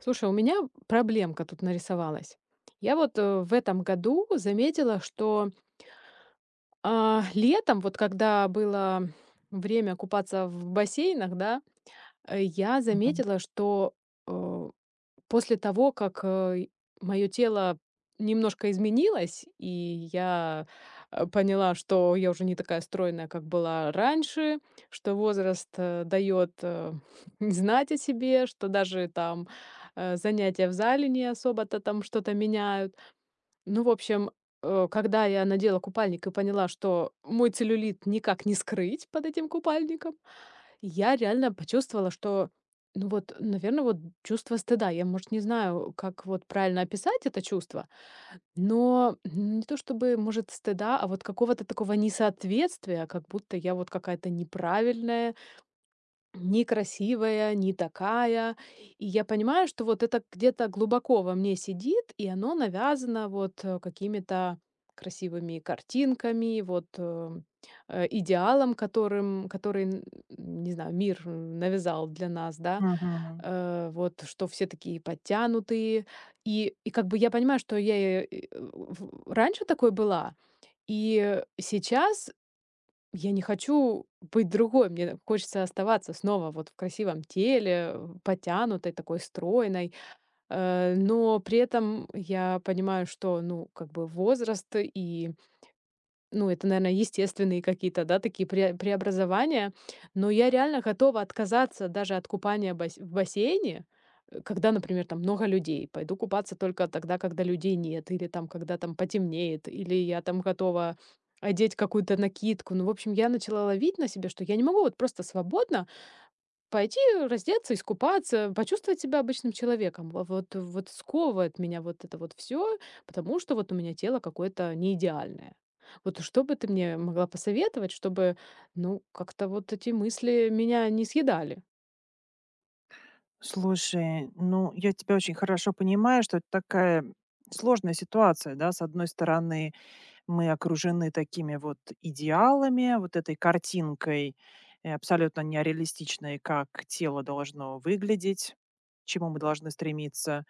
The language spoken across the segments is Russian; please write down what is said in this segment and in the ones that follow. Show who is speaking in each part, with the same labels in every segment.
Speaker 1: Слушай, у меня проблемка тут нарисовалась. Я вот, в этом году заметила, что летом, вот когда было время купаться в бассейнах, да, я
Speaker 2: Мгм.
Speaker 1: заметила, что, э после того, как мое тело немножко изменилось, и я поняла, что я уже не такая стройная, как была раньше, что возраст, даёт, знать о себе, что даже там, занятия в зале не особо-то там что-то меняют. Ну, в общем, когда я надела купальник и поняла, что мой целлюлит никак не скрыть под этим купальником, я реально почувствовала, что, ну вот, наверное, вот чувство стыда. Я, может, не знаю, как вот правильно описать это чувство, но ну, не то чтобы, может, стыда, а вот какого-то такого несоответствия, как будто я вот какая-то неправильная, некрасивая, не такая. И я понимаю, что вот это где-то глубоко во мне сидит, и оно навязано вот, какими-то красивыми картинками, вот, идеалом, которым который, н не знаю, мир, навязал для нас, да.
Speaker 2: Мгм.
Speaker 1: Э, вот, что все такие подтянутые. И как бы я понимаю, что я, э, э, в раньше такой была, и сейчас я не хочу быть другой. Мне хочется оставаться снова вот в красивом теле, потянутой, такой стройной. Э, но при этом я понимаю, что, ну, как бы возраст и ну, это, наверное, естественные какие-то, да, такие преобразования. Но я реально готова отказаться даже от купания бас в бассейне, когда, например, там много людей. Пойду купаться только тогда, когда людей нет, или там когда там потемнеет, или я там готова одеть какую-то накидку. Ну, в общем, я начала ловить на себе, что я не могу вот просто свободно пойти раздеться, искупаться, почувствовать себя обычным человеком. Во- Вот, вот сковывает меня вот это вот все, потому что вот у меня тело какое-то не идеальное. Вот что бы ты мне могла посоветовать, чтобы, ну, как-то вот эти мысли меня не съедали?
Speaker 2: Слушай, ну, я тебя очень хорошо понимаю, что это такая сложная ситуация, да. С одной стороны, мы окружены такими вот идеалами, вот этой картинкой, абсолютно нереалистичной, как тело должно выглядеть, к чему мы должны стремиться.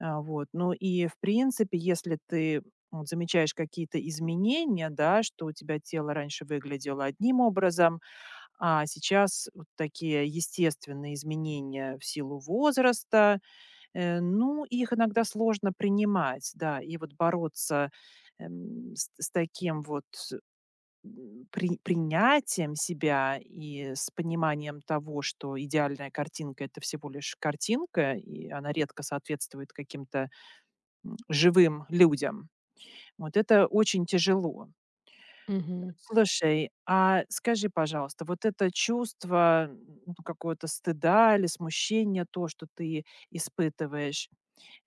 Speaker 2: А, вот. Ну и, в принципе, если ты вот замечаешь какие-то изменения, да, что у тебя тело раньше выглядело одним образом, а сейчас вот такие естественные изменения в силу возраста, ну, их иногда сложно принимать, да, и вот бороться с таким вот принятием себя и с пониманием того, что идеальная картинка — это всего лишь картинка, и она редко соответствует каким-то живым людям. Вот это очень тяжело. Слушай, а скажи, пожалуйста, вот это чувство, ну, какого-то стыда или смущения, то, что ты испытываешь,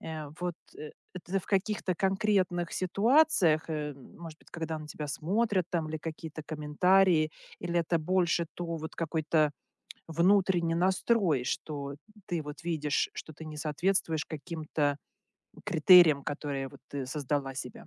Speaker 2: это в каких-то конкретных ситуациях, может быть, когда на тебя смотрят там или какие-то комментарии, или это больше то вот какой-то внутренний настрой, что ты вот видишь, что ты не соответствуешь каким-то критериям, которые вот ты создала себе?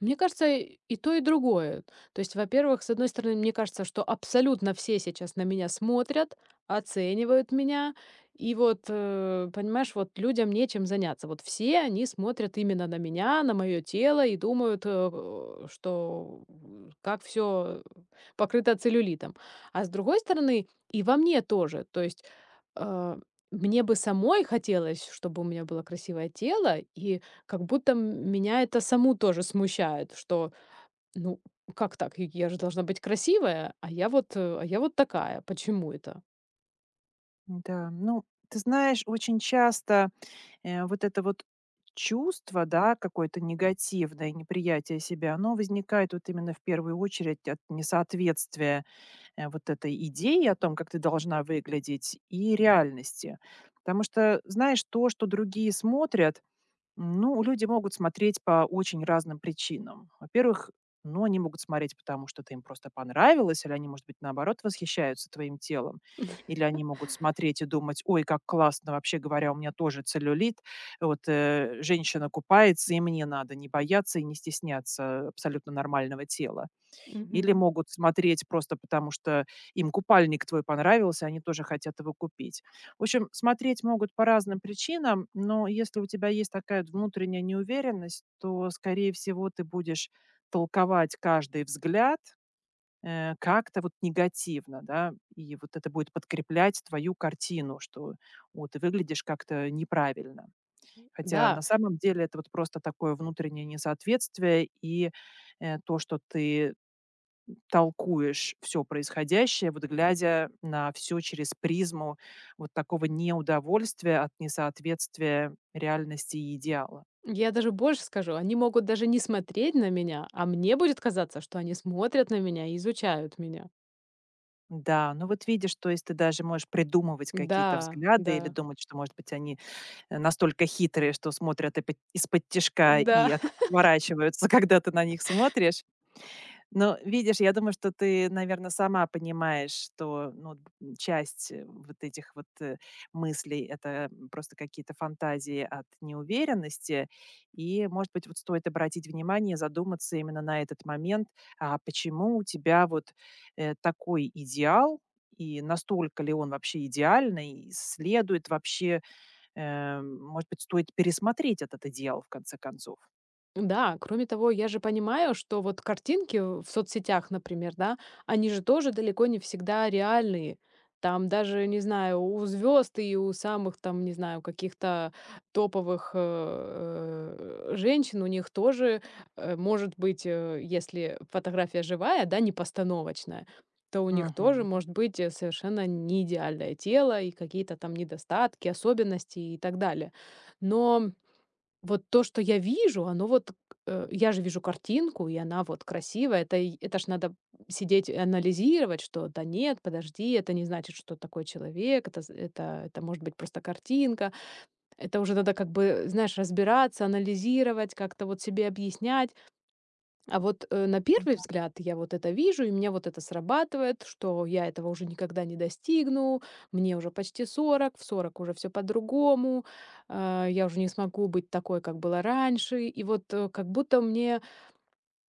Speaker 1: Мне кажется, и то, и другое. То есть, во-первых, с одной стороны, мне кажется, что абсолютно все сейчас на меня смотрят, оценивают меня. И вот, понимаешь, вот людям нечем заняться. Вот все они смотрят именно на меня, на мое тело и думают, как все покрыто целлюлитом. А с другой стороны, и во мне тоже. То есть э, мне бы самой хотелось, чтобы у меня было красивое тело, и как будто меня это саму тоже смущает, что, ну, как так? И я же должна быть красивая, а я вот такая. Почему это?
Speaker 2: Да, ну, ты знаешь, очень часто вот это вот чувство, да, какое-то негативное, неприятие себя, оно возникает вот именно в первую очередь от несоответствия вот этой идеи о том, как ты должна выглядеть, и реальности. Потому что, знаешь, то, что другие смотрят, ну, люди могут смотреть по очень разным причинам. Во-первых, ну, они могут смотреть, потому что ты им просто понравилось, или они, может быть, наоборот, восхищаются твоим телом. Или они могут смотреть и думать, ой, как классно, вообще говоря, у меня тоже целлюлит. Вот женщина купается, и мне надо не бояться и не стесняться абсолютно нормального тела. Или
Speaker 1: Мгм.
Speaker 2: могут смотреть просто потому, что им купальник твой понравился, они тоже хотят его купить. В общем, смотреть могут по разным причинам, но если у тебя есть такая вот внутренняя неуверенность, то, скорее всего, ты будешь толковать каждый взгляд, как-то вот негативно, да, и вот это будет подкреплять твою картину, что вот ты выглядишь как-то неправильно. Хотя
Speaker 1: Да,
Speaker 2: на самом деле это вот просто такое внутреннее несоответствие и то, что ты толкуешь все происходящее, вот глядя на все через призму вот такого неудовольствия от несоответствия реальности и идеала.
Speaker 1: я даже больше скажу, они могут даже не смотреть на меня, а мне будет казаться, что они смотрят на меня и изучают меня.
Speaker 2: Да, ну вот видишь, то есть ты даже можешь придумывать какие-то
Speaker 1: Да,
Speaker 2: взгляды
Speaker 1: да,
Speaker 2: или думать, что, может быть, они, настолько хитрые, что смотрят из под тишка и
Speaker 1: да.
Speaker 2: от отворачиваются, когда ты на них смотришь. Но видишь, я думаю, что ты, наверное, сама понимаешь, что, ну, д часть, вот этих вот мыслей — это просто какие-то фантазии от неуверенности. И, может быть, вот стоит обратить внимание, задуматься именно на этот момент, а почему у тебя вот, такой идеал, и настолько ли он вообще идеальный, и следует вообще, может быть, стоит пересмотреть этот идеал в конце концов.
Speaker 1: Да, кроме того, я же понимаю, что вот картинки в соцсетях, например, да, они же тоже далеко не всегда реальные. Там даже, не знаю, у звезд и у самых там, не знаю, каких-то топовых женщин у них тоже может быть, если фотография живая, да, не постановочная, то у них тоже может быть совершенно не идеальное тело и какие-то там недостатки, особенности и так далее. Но вот то, что я вижу, оно вот, я же вижу картинку, и она вот красивая. Это и это ж надо сидеть и анализировать, что да нет, подожди, это не значит, что такой человек, это з это может быть просто картинка. Это уже надо как бы, знаешь, разбираться, анализировать, как-то вот себе объяснять. А вот, на первый взгляд я вот это вижу, и меня вот это срабатывает, что я этого уже никогда не достигну, мне уже почти 40, в 40 уже все по-другому, а, я уже не смогу быть такой, как было раньше. И вот, как будто мне,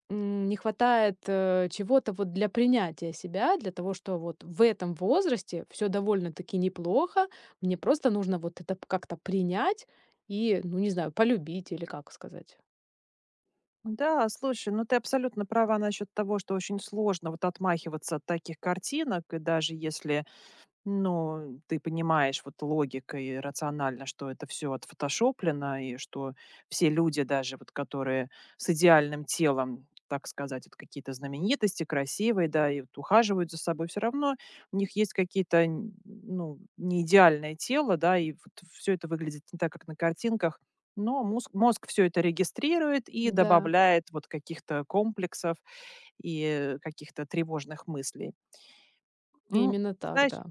Speaker 1: не хватает, чего-то вот для принятия себя, для того, что вот в этом возрасте все довольно-таки неплохо, мне просто нужно вот это как-то принять и, ну, не знаю, полюбить или как сказать.
Speaker 2: Да, слушай, ну ты абсолютно права насчет того, что очень сложно вот отмахиваться от таких картинок, и даже если ну, ты понимаешь вот логикой и рационально, что это все отфотошоплено и что все люди, даже вот которые с идеальным телом, так сказать, вот какие-то знаменитости, красивые, да, и вот ухаживают за собой, все равно у них есть какие-то, н ну, неидеальное тело, да, и вот всё это выглядит не так, как на картинках. Но мозг всё это регистрирует и
Speaker 1: Да,
Speaker 2: добавляет вот каких-то комплексов и каких-то тревожных мыслей. Ну,
Speaker 1: именно так,
Speaker 2: знаешь,
Speaker 1: да.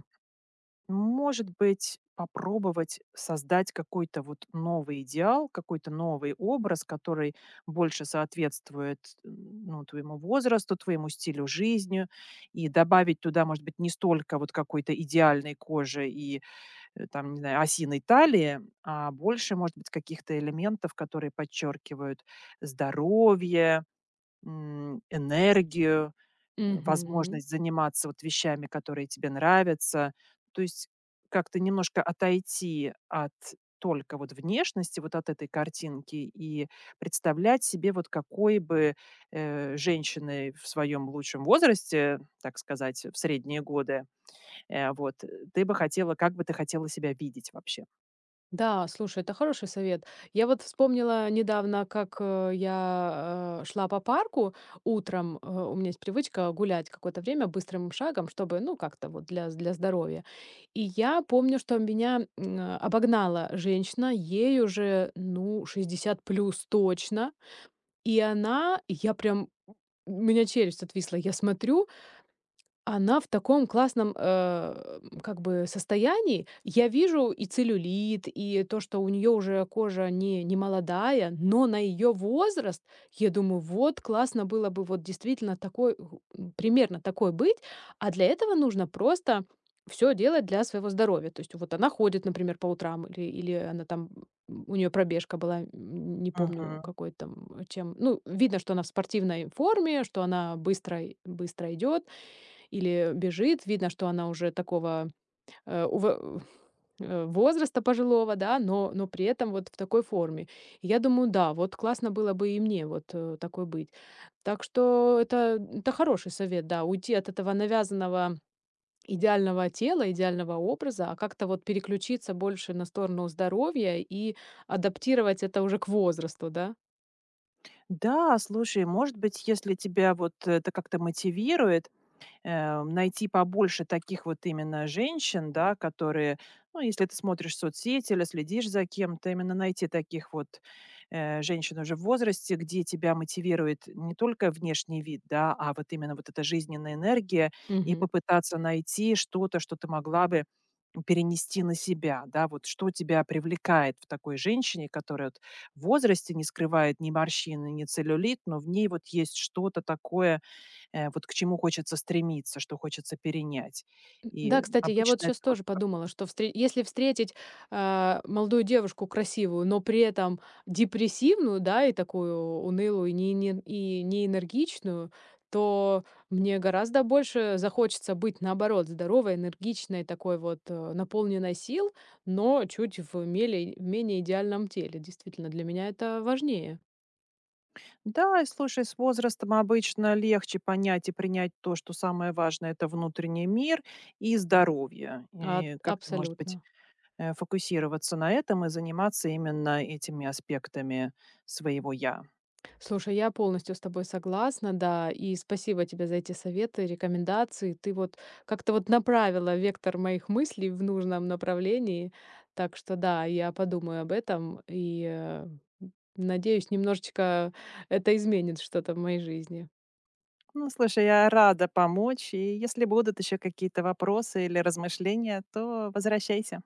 Speaker 2: может быть, попробовать создать какой-то вот новый идеал, какой-то новый образ, который больше соответствует ну, твоему возрасту, твоему стилю жизни, и добавить туда, может быть, не столько вот какой-то идеальной кожи и там, не знаю, осиной талии, а больше, может быть, каких-то элементов, которые подчеркивают здоровье, энергию,
Speaker 1: Мгм.
Speaker 2: возможность заниматься вот вещами, которые тебе нравятся. То есть как-то немножко отойти от только вот внешности, вот от этой картинки и представлять себе, вот какой бы женщиной в своем лучшем возрасте, так сказать, в средние годы, ты бы хотела, как бы ты хотела себя видеть вообще.
Speaker 1: Да, слушай, это хороший совет. Я вот вспомнила недавно, как я шла по парку утром. У меня есть привычка гулять какое-то время быстрым шагом, чтобы, ну, как-то вот для здоровья. И я помню, что меня обогнала женщина, ей уже, ну, 60+ точно. И она, я прям, у меня челюсть отвисла. Я смотрю, она в таком классном, как бы состоянии. Я вижу и целлюлит, и то, что у нее уже кожа не молодая, но на ее возраст, я думаю, вот классно было бы вот действительно такой, примерно такой быть. А для этого нужно просто все делать для своего здоровья. То есть вот она ходит, например, по утрам или она там, у нее пробежка была, не помню,
Speaker 2: Мгм.
Speaker 1: какой там, чем. Ну, видно, что она в спортивной форме, что она быстро идет или бежит. Видно, что она уже такого, э, ув возраста пожилого, да, но при этом вот в такой форме. И я думаю, да, вот классно было бы и мне вот, такой быть. Так что это хороший совет, да, уйти от этого навязанного идеального тела, идеального образа, а как-то вот переключиться больше на сторону здоровья и адаптировать это уже к возрасту, да?
Speaker 2: Да, слушай, может быть, если тебя вот это как-то мотивирует, найти побольше таких вот именно женщин, да, которые, ну, если ты смотришь соцсети или следишь за кем-то, именно найти таких вот женщин уже в возрасте, где тебя мотивирует не только внешний вид, да, а вот именно вот эта жизненная энергия, и
Speaker 1: Мгм.
Speaker 2: попытаться найти что-то, что ты могла бы перенести на себя, да, вот что тебя привлекает в такой женщине, которая вот в возрасте не скрывает ни морщины, ни целлюлит, но в ней вот есть что-то такое, вот к чему хочется стремиться, что хочется перенять. И
Speaker 1: Да, кстати, я вот
Speaker 2: обычно это
Speaker 1: сейчас
Speaker 2: вот
Speaker 1: тоже
Speaker 2: как.
Speaker 1: подумала, что встре если встретить, а, молодую девушку красивую, но при этом депрессивную, да, и такую унылую, и не энергичную, то мне гораздо больше захочется быть, наоборот, здоровой, энергичной, такой вот, наполненной сил, но чуть в меле менее идеальном теле. Действительно, для меня это важнее.
Speaker 2: Да, и слушай, с возрастом обычно легче понять и принять то, что самое важное — это внутренний мир и здоровье.
Speaker 1: А,
Speaker 2: И как-то, может быть,
Speaker 1: абсолютно.
Speaker 2: фокусироваться на этом и заниматься именно этими аспектами своего "я".
Speaker 1: Слушай, я полностью с тобой согласна, да, и спасибо тебе за эти советы, рекомендации. Ты вот как-то вот направила вектор моих мыслей в нужном направлении. Так что да, я подумаю об этом и надеюсь, немножечко это изменит что-то в моей жизни.
Speaker 2: Ну, слушай, я рада помочь, и если будут еще какие-то вопросы или размышления, то возвращайся.